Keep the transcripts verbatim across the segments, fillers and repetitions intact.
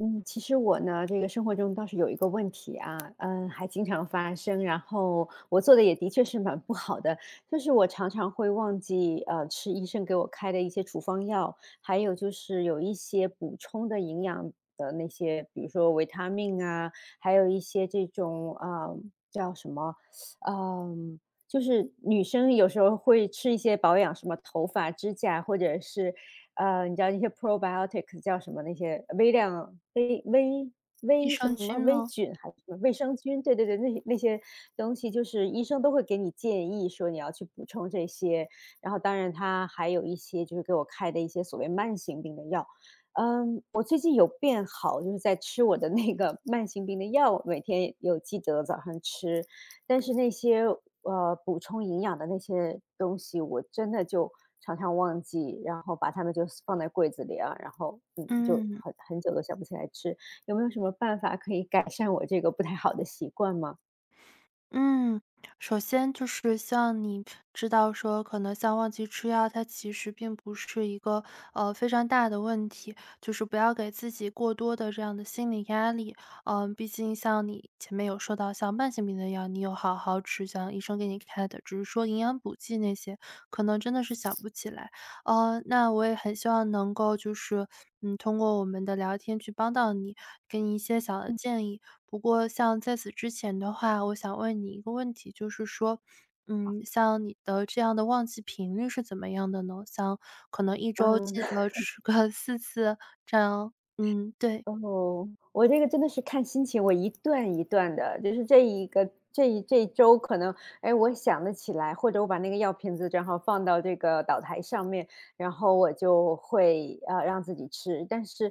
嗯，其实我呢，这个生活中倒是有一个问题啊，嗯，还经常发生，然后我做的也的确是蛮不好的，就是我常常会忘记，呃，吃医生给我开的一些处方药，还有就是有一些补充的营养的那些，比如说维他命啊，还有一些这种，啊呃叫什么，嗯，就是女生有时候会吃一些保养，什么头发、指甲，或者是呃，你知道那些 probiotic s 叫什么那些微量微微益微什生么菌微吗？菌还是什么卫生菌？对对对，那些那些东西就是医生都会给你建议说你要去补充这些，然后当然他还有一些就是给我开的一些所谓慢性病的药。嗯，我最近有变好，就是在吃我的那个 慢性病的药，每天有记得早上吃。但是那些，呃，补充营养的那些东西，我真的就常常忘记，然后把它们就放在柜子里啊，然后，嗯，就嗯，很很久都想不起来吃。有没有什么办法可以改善我这个不太好的习惯吗？嗯，首先就是像你知道说，可能像忘记吃药，它其实并不是一个呃非常大的问题，就是不要给自己过多的这样的心理压力。嗯、毕竟像你前面有说到，像慢性病的药，你有好好吃，像医生给你开的，只是说营养补剂那些，可能真的是想不起来。哦，那我也很希望能够就是，嗯，通过我们的聊天去帮到你，给你一些小的建议。不过像在此之前的话，我想问你一个问题，就是说，嗯，像你的这样的忘记频率是怎么样的呢？像可能一周记嗯。得吃个 四次这样，嗯，对，哦，我这个真的是看心情，我一段一段的，就是这一个这一这一周可能，哎，我想得起来，或者我把那个药瓶子正好放到这个岛台上面，然后我就会呃让自己吃。但是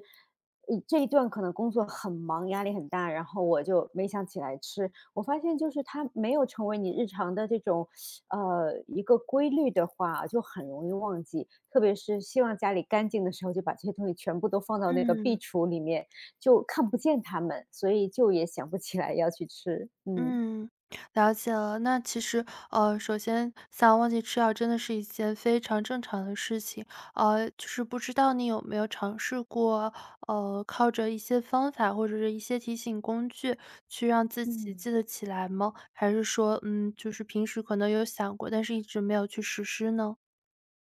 呃这一段可能工作很忙，压力很大，然后我就没想起来吃。我发现就是它没有成为你日常的这种呃一个规律的话，就很容易忘记。特别是希望家里干净的时候，就把这些东西全部都放到那个壁嗯。橱里面，就看不见它们，所以就也想不起来要去吃，嗯。嗯，了解了。那其实，呃，首先想忘记吃药真的是一件非常正常的事情。呃，就是不知道你有没有尝试过，呃，靠着一些方法或者是一些提醒工具去让自己嗯，记得起来吗？还是说，嗯，就是平时可能有想过，但是一直没有去实施呢？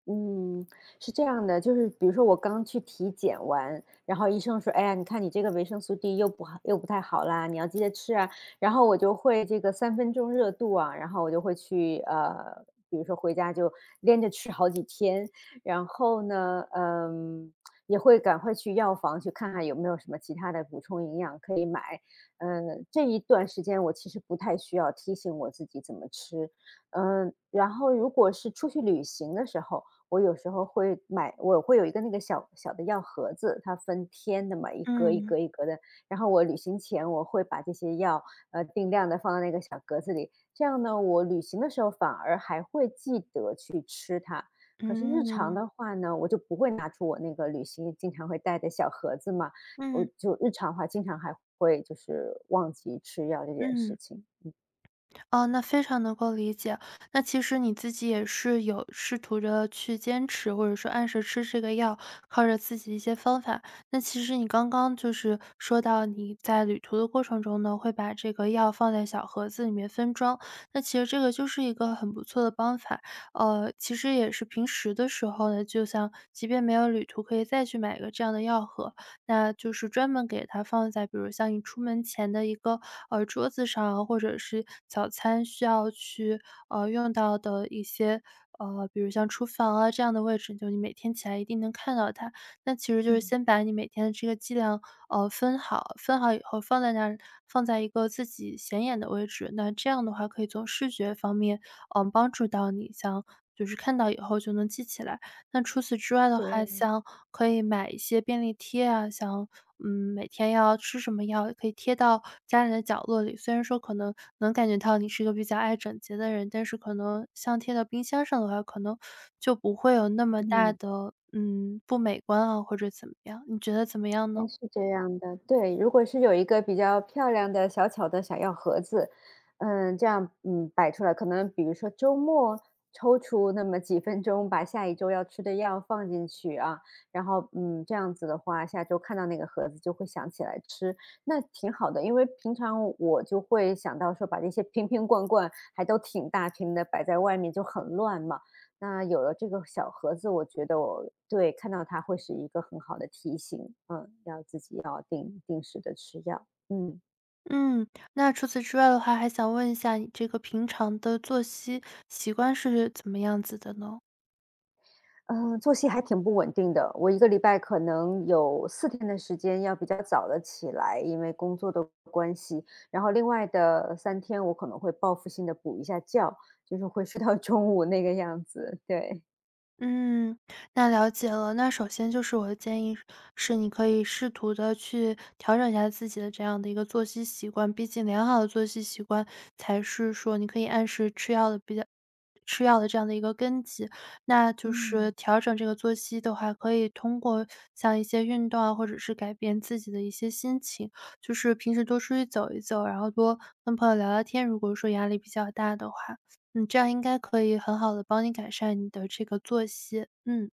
嗯，是这样的，就是比如说我刚去体检完，然后医生说："哎呀，你看你这个维生素 D 又不好，又不太好啦，你要记得吃啊。"然后我就会这个三分钟热度啊，然后我就会去呃，比如说回家就连着吃好几天，然后呢，嗯，也会赶快去药房去看看有没有什么其他的补充营养可以买。嗯，这一段时间我其实不太需要提醒我自己怎么吃，嗯，然后如果是出去旅行的时候。我有时候会买我会有一个那个小小的药盒子，它分天的嘛，一格一嗯格一格的。然后我旅行前我会把这些药，呃，定量的放到那个小格子里，这样呢，我旅行的时候反而还会记得去吃它。可是日常嗯的话呢，我就不会拿出我那个旅行经常会带的小盒子嘛，我嗯就日常的话经常还会就是忘记吃药这件嗯。事情。哦，那非常能够理解。那其实你自己也是有试图着去坚持，或者说按时吃这个药，靠着自己的一些方法。那其实你刚刚就是说到你在旅途的过程中呢，会把这个药放在小盒子里面分装，那其实这个就是一个很不错的方法。呃，其实也是平时的时候呢，就像即便没有旅途，可以再去买一个这样的药盒。那就是专门给它放在比如像你出门前的一个，呃，桌子上，或者是早餐需要去，呃，用到的一些，呃，比如像厨房啊这样的位置，就你每天起来一定能看到它。那其实就是嗯，先把你每天的这个剂量，呃，分好，分好以后放在那儿，放在一个自己显眼的位置，那这样的话可以从视觉方面嗯，呃，帮助到你，像就是看到以后就能记起来。那除此之外的话，对。像可以买一些便利贴啊，像，嗯，每天要吃什么药，可以贴到家里的角落里。虽然说可能能感觉到你是一个比较爱整洁的人，但是可能像贴到冰箱上的话，可能就不会有那么大嗯。的，嗯，不美观啊，或者怎么样，你觉得怎么样呢？哎，是这样的，对，如果是有一个比较漂亮的小巧的小药盒子，嗯，这样嗯摆出来，可能比如说周末抽出那么几分钟，把下一周要吃的药放进去啊，然后嗯这样子的话，下周看到那个盒子就会想起来吃，那挺好的，因为平常我就会想到说把这些瓶瓶罐罐还都挺大瓶的摆在外面就很乱嘛，那有了这个小盒子，我觉得我对，看到它会是一个很好的提醒，嗯，要自己要定定时的吃药。嗯，嗯，那除此之外的话，还想问一下你这个平常的作息习惯是怎么样子的呢？嗯，呃作息还挺不稳定的，我一个礼拜可能有四天的时间要比较早的起来，因为工作的关系，然后另外的三天我可能会报复性的补一下觉，就是会睡到 中午那个样子，对，嗯，那了解了。那首先就是我的建议是，你可以试图的去调整一下自己的这样的一个作息习惯。毕竟良好的作息习惯才是说你可以按时吃药的比较吃药的这样的一个根基。那就是嗯。调整这个作息的话，可以通过像一些运动啊，或者是改变自己的一些心情，就是平时多出去走一走，然后多跟朋友聊聊天。如果说压力比较大的话，嗯，这样应该可以很好的帮你改善你的这个作息，嗯。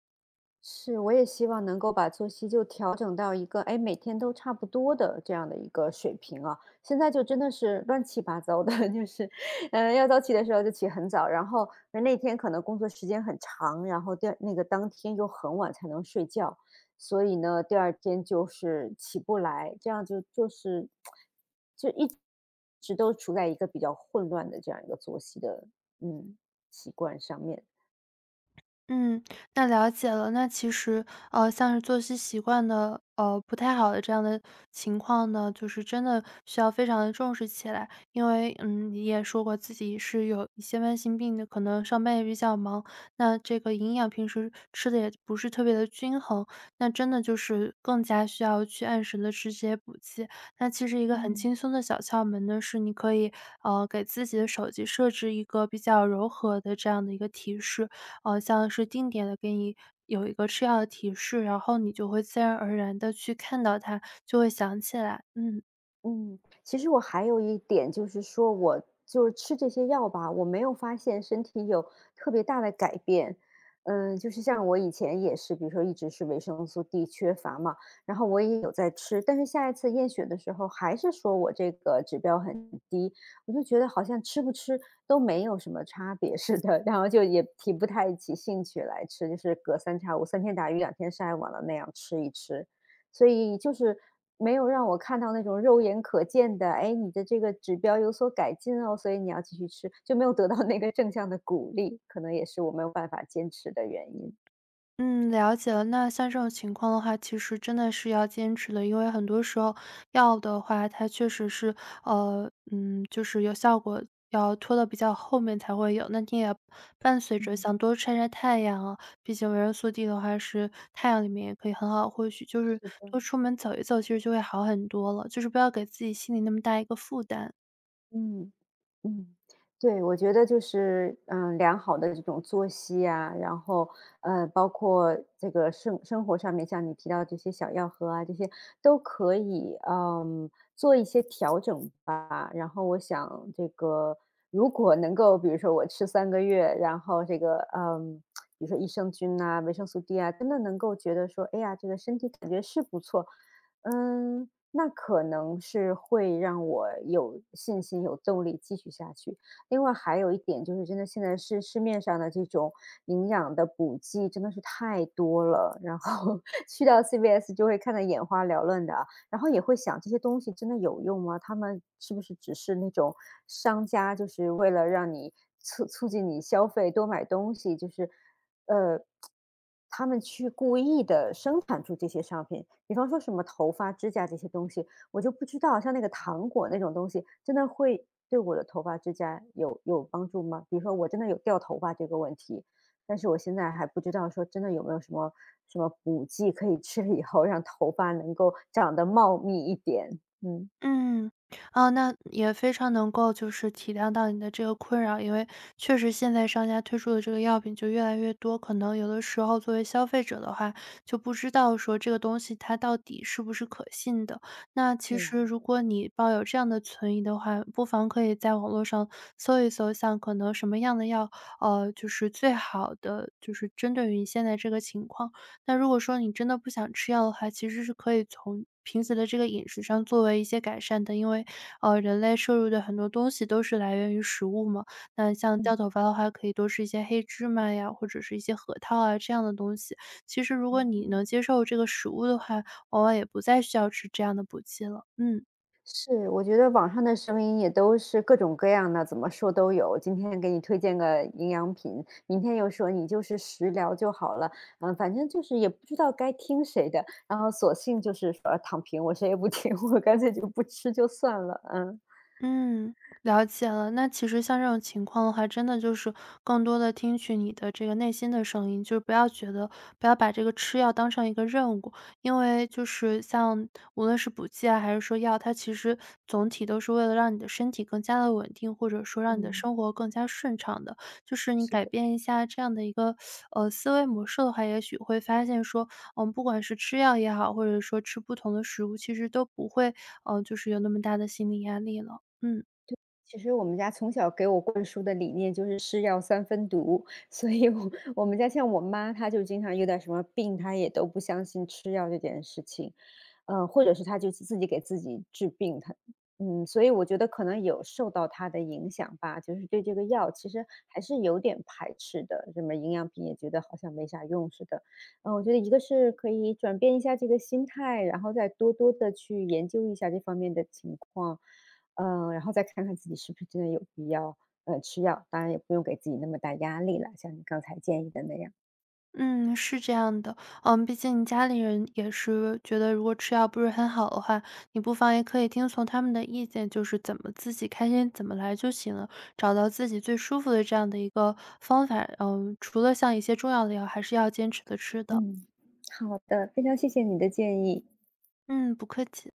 是，我也希望能够把作息就调整到一个，哎，每天都差不多的这样的一个水平啊。现在就真的是乱七八糟的，就是，嗯，要早起的时候就起很早，然后那天可能工作时间很长，然后第二那个当天又很晚才能睡觉，所以呢，第二天就是起不来，这样就就是就一直都处在一个比较混乱的这样一个作息的嗯习惯上面，嗯，那了解了。那其实，呃，像是作息习惯的，呃，不太好的这样的情况呢，就是真的需要非常的重视起来。因为，嗯，你也说过自己是有一些慢性病的，可能上班也比较忙，那这个营养平时吃的也不是特别的均衡，那真的就是更加需要去按时的吃这些补剂。那其实一个很嗯。轻松的小窍门呢，是你可以，呃，给自己的手机设置一个比较柔和的这样的一个提示。呃，像是定点的给你有一个吃药的提示，然后你就会自然而然的去看到它，就会想起来，嗯。嗯，其实我还有一点就是说，我就是吃这些药吧，我没有发现身体有特别大的改变。嗯，就是像我以前也是，比如说一直是维生素 D 缺乏嘛，然后我也有在吃，但是下一次验血的时候还是说我这个指标很低，我就觉得好像吃不吃都没有什么差别似的，然后就也提不太起兴趣来吃，就是隔三差五、三天打鱼两天晒网的那样吃一吃。所以就是没有让我看到那种肉眼可见的，哎，你的这个指标有所改进哦，所以你要继续吃，就没有得到那个正向的鼓励，可能也是我没有办法坚持的原因。嗯，了解了。那像这种情况的话，其实真的是要坚持的，因为很多时候药的话，它确实是，呃，嗯，就是有效果，要拖到比较后面才会有。那你也伴随着嗯。想多晒晒太阳啊，毕竟维生素 D 的话是太阳里面也可以很好获取，就是是的。多出门走一走，其实就会好很多了。就是不要给自己心里那么大一个负担。嗯，嗯，对，我觉得就是，嗯，呃良好的这种作息啊，然后，呃，包括这个生生活上面，像你提到这些小药盒啊，这些都可以，嗯，做一些调整吧。然后我想，这个如果能够，比如说我吃三个月，然后这个，嗯，比如说益生菌呐、维生素 D 啊，真的能够觉得说，哎呀，这个身体感觉是不错，嗯，那可能是会让我有信心、有动力继续下去。另外还有一点就是，真的现在市市面上的这种营养的补剂真的是太多了，然后 去到 C V S 就会看得眼花缭乱的啊，然后也会想这些东西真的有用吗？他们是不是只是那种商家，就是为了让你促促进你消费，多买东西，就是呃，他们去故意的生产出这些商品，比方说什么头发、指甲这些东西，我就不知道像那个糖果那种东西，真的会对我的头发、指甲有有帮助吗？比如说我真的有掉头发这个问题，但是我现在还不知道说真的有没有什么什么补剂可以吃了以后让头发能够长得茂密一点。嗯，嗯，啊，那也非常能够就是体谅到你的这个困扰，因为确实现在商家推出的这个药品就越来越多，可能有的时候作为消费者的话，就不知道说这个东西它到底是不是可信的。那其对呀，实如果你抱有这样的存疑的话，不妨可以在网络上搜一搜，像可能什么样的药，呃，就是最好的，就是针对于你现在这个情况。那如果说你真的不想吃药的话，其实是可以从平时的这个饮食上作为一些改善的，因为呃，人类摄入的很多东西都是来源于食物嘛。那像掉嗯。头发的话，可以多吃一些黑芝麻呀，或者是一些核桃啊这样的东西。其实如果你能哦。接受这个食物的话，往往也不再需要吃这样的补剂了。嗯。是，我觉得网上的声音也都是各种各样的，怎么说都有。今天给你推荐个营养品，明天又说你就是食疗就好了，嗯，反正就是也不知道该听谁的，然后索性就是说躺平，我谁也不听，我干脆就不吃就算了，嗯，嗯，了解了。那其实像这种情况的话，真的就是更多的听取你的这个内心的声音，就是不要觉得不要把这个吃药当成一个任务。因为就是像无论是补剂啊，还是说药，它其实总体都是为了让你的身体更加的稳定，或者说让你的嗯，生活更加顺畅的。就是你是改的。变一下这样的一个，呃，思维模式的话，也许会发现说，嗯，不管是吃药也好，或者说吃不同的食物，其实都不会，呃，就是有那么大的心理压力了。嗯其实我们家从小给我灌输的理念就是"是药三分毒"，所以我我们家像我妈，她就经常有点什么病，她也都不相信吃药这件事情，嗯，或者是她就自己给自己治病，她嗯，所以我觉得可能有受到她的影响吧，就是对这个药其实还是有点排斥的，什么营养品也觉得好像没啥用似的。嗯，我觉得一个是可以转变一下这个心态，然后再多多的去研究一下这方面的情况。嗯，呃然后再看看自己是不是真的有必要，呃，吃药，当然也不用给自己那么大压力了，像你刚才建议的那样。嗯，是这样的。嗯，毕竟你家里人也是觉得，如果吃药不是很好的话，你不妨也可以听从他们的意见，就是怎么自己开心怎么来就行了，找到自己最舒服的这样的一个方法。嗯，除了像一些重要的药，还是要坚持的吃的。嗯，好的，非常谢谢你的建议。嗯，不客气。